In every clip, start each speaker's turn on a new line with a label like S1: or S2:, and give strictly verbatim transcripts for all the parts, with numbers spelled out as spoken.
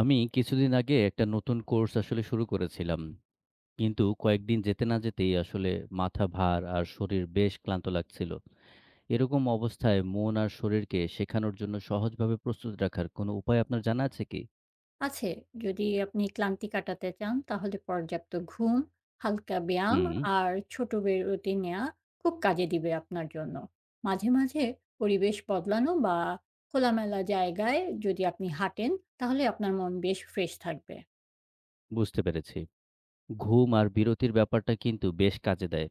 S1: আমি কিছুদিন আগে একটা নতুন কোর্স আসলে শুরু করেছিলাম। কিন্তু কয়েকদিন যেতে না যেতেই আসলে মাথা ভার আর শরীর বেশ ক্লান্ত লাগছিল। এরকম অবস্থায় মন আর শরীরকে শেখানোর জন্য সহজভাবে প্রস্তুত রাখার কোনো উপায় আপনার জানা আছে কি?
S2: আছে। যদি আপনি ক্লান্তি কাটাতে চান তাহলে পর্যাপ্ত ঘুম, হালকা ব্যায়াম
S1: হুম,
S2: আর ছোট বিরতি নেয়া খুব কাজে দিবে আপনার জন্য। মাঝে, মাঝে পরিবেশ বদলানো বা খোলামেলা জায়গায় যদি আপনি হাঁটেন তাহলে আপনার মন বেশ ফ্রেশ থাকবে।
S1: বুঝতে পেরেছি। ঘুম আর বিরতির ব্যাপারটা কিন্তু বেশ কাজে দেয়।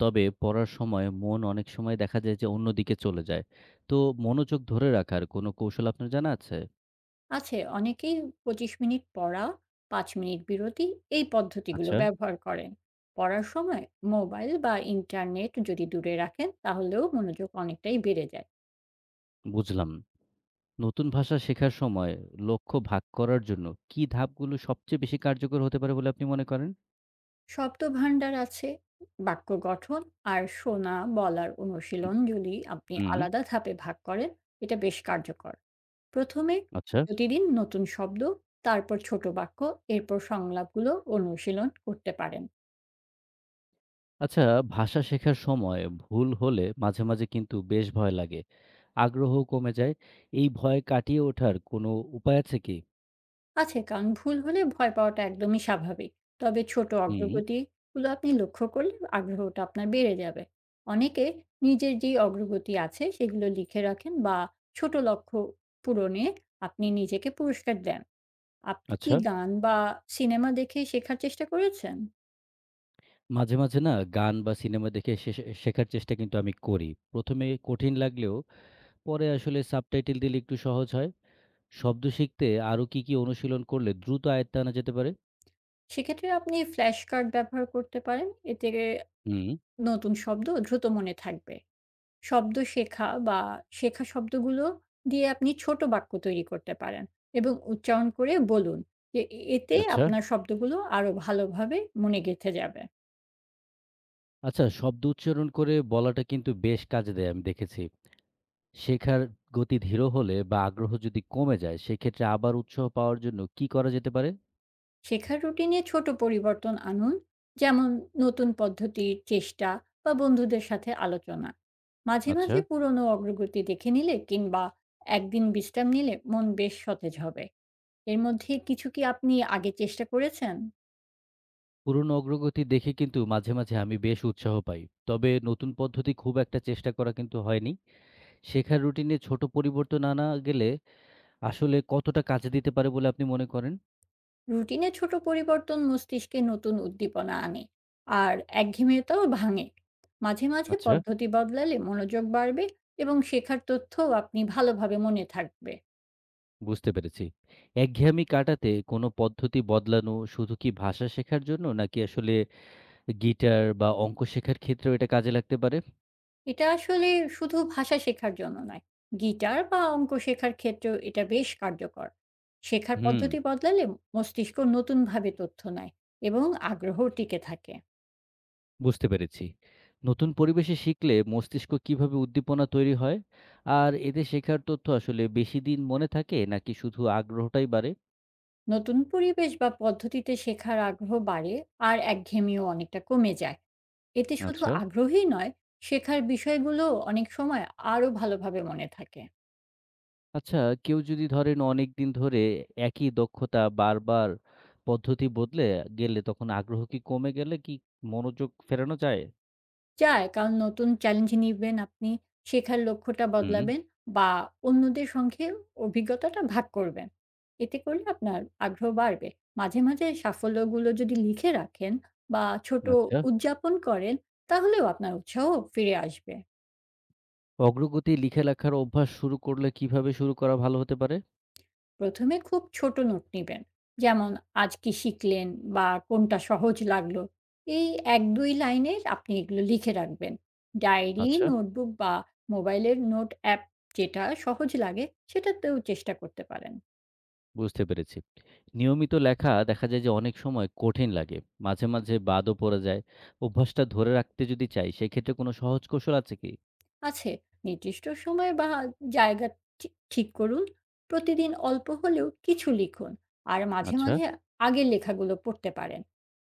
S1: তবে পড়ার সময় মন অনেক সময় দেখা যায় যে অন্যদিকে চলে যায়। তো মনোযোগ ধরে রাখার কোনো কৌশল আপনার জানা আছে?
S2: আছে, অনেকেই পঁচিশ মিনিট পড়া, পাঁচ মিনিট বিরতি এই পদ্ধতিগুলো
S1: আচ্ছা,
S2: ব্যবহার করেন। পড়ার সময় মোবাইল বা ইন্টারনেট যদি দূরে রাখেন তাহলেও মনোযোগ অনেকটাই বেড়ে যায়।
S1: বুঝলাম। নতুন ভাষা শেখার সময় লক্ষ্য ভাগ করার জন্য কি ধাপগুলো সবচেয়ে বেশি কার্যকর হতে পারে বলে আপনি মনে করেন?
S2: শব্দভাণ্ডার আছে, বাক্য গঠন আর শোনা, বলার অনুশীলন যদি আপনি
S1: হুম, হুম,
S2: আলাদা ধাপে ভাগ করেন, এটা বেশ কার্যকর। প্রথমে
S1: আচ্ছা।
S2: প্রতিদিন নতুন শব্দ, তারপর ছোট বাক্য, এরপর সংলাপগুলো অনুশীলন করতে পারেন।
S1: আচ্ছা, ভাষা শেখার সময় ভুল হলে মাঝে, মাঝে কিন্তু বেশ ভয় লাগে। আগ্রহ কমে যায়। এই ভয় কাটিয়ে ওঠার কোনো উপায় আছে কি?
S2: আছে, কারণ ভুল হলে ভয় পাওয়াটা একদমই স্বাভাবিক। তবে ছোট
S1: হুম,
S2: অগ্রগতিগুলো আপনি লক্ষ্য করলে আগ্রহটা আপনার বেড়ে যাবে। অনেকে নিজের যেই অগ্রগতি আছে সেগুলো লিখে রাখেন বা ছোট লক্ষ্য পূরণে আপনি নিজেকে পুরস্কার দেন। আপনি কি
S1: আচ্ছা।
S2: গান বা সিনেমা দেখে শেখার চেষ্টা করেছেন?
S1: মাঝে, মাঝে না গান বা সিনেমা দেখে শে শেখার চেষ্টা কিন্তু আমি করি। প্রথম এ কঠিন লাগলেও পরে আসলে সাবটাইটেল দিলে একটু সহজ হয়। শব্দ শিখতে আরো কি, কি অনুশীলন করলে দ্রুত আয়ত্তে আনা যেতে পারে?
S2: সেক্ষেত্রে আপনি ফ্ল্যাশকার্ড ব্যবহার করতে পারেন। এতে
S1: হুম।
S2: নতুন শব্দ দ্রুত মনে থাকবে। শব্দ শেখা বা শেখা শব্দগুলো দিয়ে আপনি ছোট বাক্য তৈরি করতে পারেন এবং উচ্চারণ করে বলুন যে এ এতে
S1: আচ্ছা।
S2: আপনার শব্দগুলো আরো ভালোভাবে মনে গেঁথে যাবে।
S1: আচ্ছা, শব্দ উচ্চারণ করে বলাটা কিন্তু বেশ কাজে দেয়, আমি দেখেছি। শেখার গতি ধীর হলে বা আগ্রহ যদি কমে যায় সেক্ষেত্রে আবার উৎসাহ পাওয়ার জন্য কি করা যেতে পারে?
S2: শেখার রুটিনে ছোট পরিবর্তন আনুন, যেমন নতুন পদ্ধতির চেষ্টা বা বন্ধুদের সাথে আলোচনা। মাঝে
S1: আচ্ছা।
S2: মাঝে পুরনো অগ্রগতি দেখে নিলে কিংবা একদিন বিশ্রাম নিলে মন বেশ সতেজ হবে। এর মধ্যে কিছু কি আপনি আগে চেষ্টা করেছেন?
S1: পুরনো অগ্রগতি দেখে কিন্তু মাঝে, মাঝে আমি বেশ উৎসাহ পাই। তবে নতুন পদ্ধতি খুব একটা চেষ্টা করা কিন্তু হয়নি। শেখার রুটিনে ছোট পরিবর্তন আনা গেলে আসলে কতটা কাজে দিতে পারে বলে আপনি মনে করেন?
S2: রুটিনে ছোট পরিবর্তন মস্তিষ্কে নতুন উদ্দীপনা আনে আর একঘেয়েমিতাও ভাঙে। মাঝে মাঝে
S1: আচ্ছা,
S2: পদ্ধতি বদলালে মনোযোগ বাড়বে এবং শেখার তথ্যও আপনি ভালোভাবে মনে থাকবে।
S1: বুঝতে পেরেছি। একঘেয়েমি কাটাতে কোনো পদ্ধতি বদলানো শুধু কি ভাষা শেখার জন্য নাকি আসলে গিটার বা অঙ্ক শেখার ক্ষেত্রেও এটা কাজে লাগতে পারে।
S2: এটা আসলে শুধু ভাষা শেখার জন্য নয়। গিটার বা অঙ্ক শেখার ক্ষেত্রেও এটা বেশ কার্যকর। শেখার
S1: হুম,
S2: পদ্ধতি বদলালে মস্তিষ্ক নতুনভাবে তথ্য নেয় এবং আগ্রহও টিকে থাকে।
S1: বুঝতে পেরেছি। নতুন পরিবেশে শিখলে মস্তিষ্ক কিভাবে উদ্দীপনা তৈরি হয়? আর এতে শেখার তথ্য আসলে বেশি দিন মনে থাকে নাকি শুধু আগ্রহটাই বাড়ে?
S2: নতুন পরিবেশ বা পদ্ধতিতে শেখার আগ্রহ বাড়ে আর একঘেয়েমিও অনেকটা কমে যায়। এতে শুধু
S1: আচ্ছা।
S2: আগ্রহই নয়, শেখার বিষয়গুলোও অনেক সময় আরও ভালোভাবে মনে থাকে।
S1: আচ্ছা, কেউ যদি ধরেন অনেকদিন ধরে একই দক্ষতা বারবার পদ্ধতি বদলে গেলে তখন আগ্রহ কি কমে গেলে কি মনোযোগ ফেরানো যায়?
S2: যায়। কারণ নতুন চ্যালেঞ্জ নিবেন আপনি, শেখার লক্ষ্যটা
S1: হুম,
S2: বদলাবেন বা অন্যদের সঙ্গে অভিজ্ঞতাটা ভাগ করবেন। এতে করলে আপনার আগ্রহ বাড়বে। মাঝে, মাঝে সাফল্যগুলো যদি লিখে রাখেন বা ছোট
S1: আচ্ছা।
S2: উদযাপন করেন, তাহলেও আপনার উৎসাহ ফিরে আসবে।
S1: অগ্রগতি লিখে রাখার অভ্যাস শুরু করলে কিভাবে শুরু করা ভালো হতে পারে?
S2: প্রথমে খুব ছোট নোট নিবেন, যেমন আজ কি শিখলেন বা কোনটা সহজ লাগলো, এই এক দুই লাইনের আপনি এগুলো লিখে রাখবেন ডায়েরি,
S1: আচ্ছা।
S2: নোটবুক বা মোবাইলের নোট অ্যাপ, যেটা সহজ লাগে সেটাতেও চেষ্টা করতে পারেন।
S1: বুঝতে পেরেছি। নিয়মিত লেখা দেখা যায় যে অনেক সময় কঠিন লাগে। মাঝে, মাঝে বাদও পড়ে যায়। অভ্যাসটা ধরে রাখতে যদি চাই সেক্ষেত্রে কোনো সহজ কৌশল আছে কি?
S2: আছে। নির্দিষ্ট সময় বা জায়গা ঠি ঠিক করুন। প্রতিদিন অল্প হলেও কিছু লিখুন। আর মাঝে,
S1: আচ্ছা,
S2: মাঝে আগের লেখাগুলো পড়তে পারেন।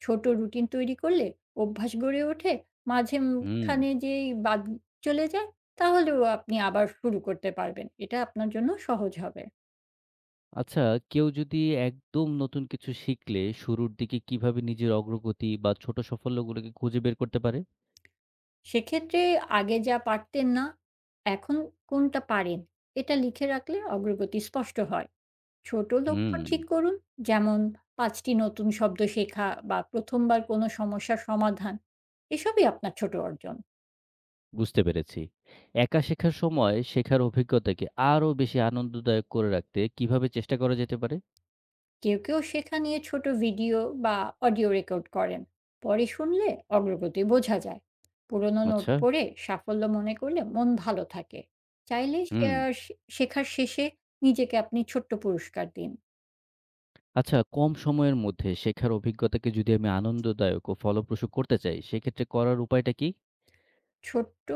S2: ছোট রুটিন তৈরি করলে অভ্যাস গড়ে ওঠে।
S1: হুম।
S2: মাঝেখানে যেই বাদ চলে যায়, তাহলেও আপনি আবার শুরু করতে পারবেন। এটা আপনার জন্য সহজ হবে।
S1: আচ্ছা, কেউ যদি একদম নতুন কিছু শিখলে শুরুর দিকে কিভাবে নিজের অগ্রগতি বা ছোট সাফল্যগুলোকে খুঁজে বের করতে পারে?
S2: সেক্ষেত্রে আগে যা পারতেন না, এখন কোনটা পারেন, এটা লিখে রাখলে অগ্রগতি স্পষ্ট হয়। ছোট লক্ষ্য
S1: হুম,
S2: ঠিক করুন, যেমন পাঁচ টি নতুন শব্দ শেখা বা প্রথমবার কোনো সমস্যার সমাধান। এসবই আপনার ছোট অর্জন।
S1: বুঝতে পেরেছি। একা শেখার সময় শেখার অভিজ্ঞতাকে আরো বেশি আনন্দদায়ক করে রাখতে কিভাবে চেষ্টা করা যেতে পারে?
S2: কেউ, কেউ শেখা নিয়ে ছোট ভিডিও বা অডিও রেকর্ড করেন। পরে শুনলে অগ্রগতি বোঝা যায়। পুরনো নোট
S1: আচ্ছা,
S2: পড়ে সাফল্য মনে করলে মন ভালো থাকে। চাইলে
S1: হুম।
S2: শেয়ার। শেখার শেষে নিজেকে আপনি ছোট্ট পুরস্কার দিন।
S1: আচ্ছা, কম সময়ের মধ্যে শেখার অভিজ্ঞতাকে যদি আমি আনন্দদায়ক ও ফলপ্রসূ করতে চাই, সেক্ষেত্রে করার উপায়টা কি?
S2: ছোট্ট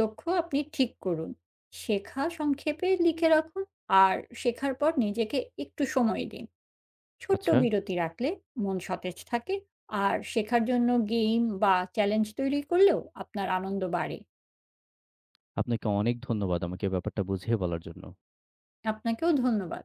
S2: লক্ষ্য আপনি ঠিক করুন। শেখা সংক্ষেপে লিখে রাখুন আর শেখার পর নিজেকে একটু সময় দিন। ছোট্ট
S1: আচ্ছা,
S2: বিরতি রাখলে মন সতেজ থাকে আর শেখার জন্য গেম বা চ্যালেঞ্জ তৈরি করলেও আপনার আনন্দ বাড়ে।
S1: আপনাকে অনেক ধন্যবাদ আমাকে ব্যাপারটা বুঝিয়ে বলার জন্য।
S2: আপনাকেও ধন্যবাদ।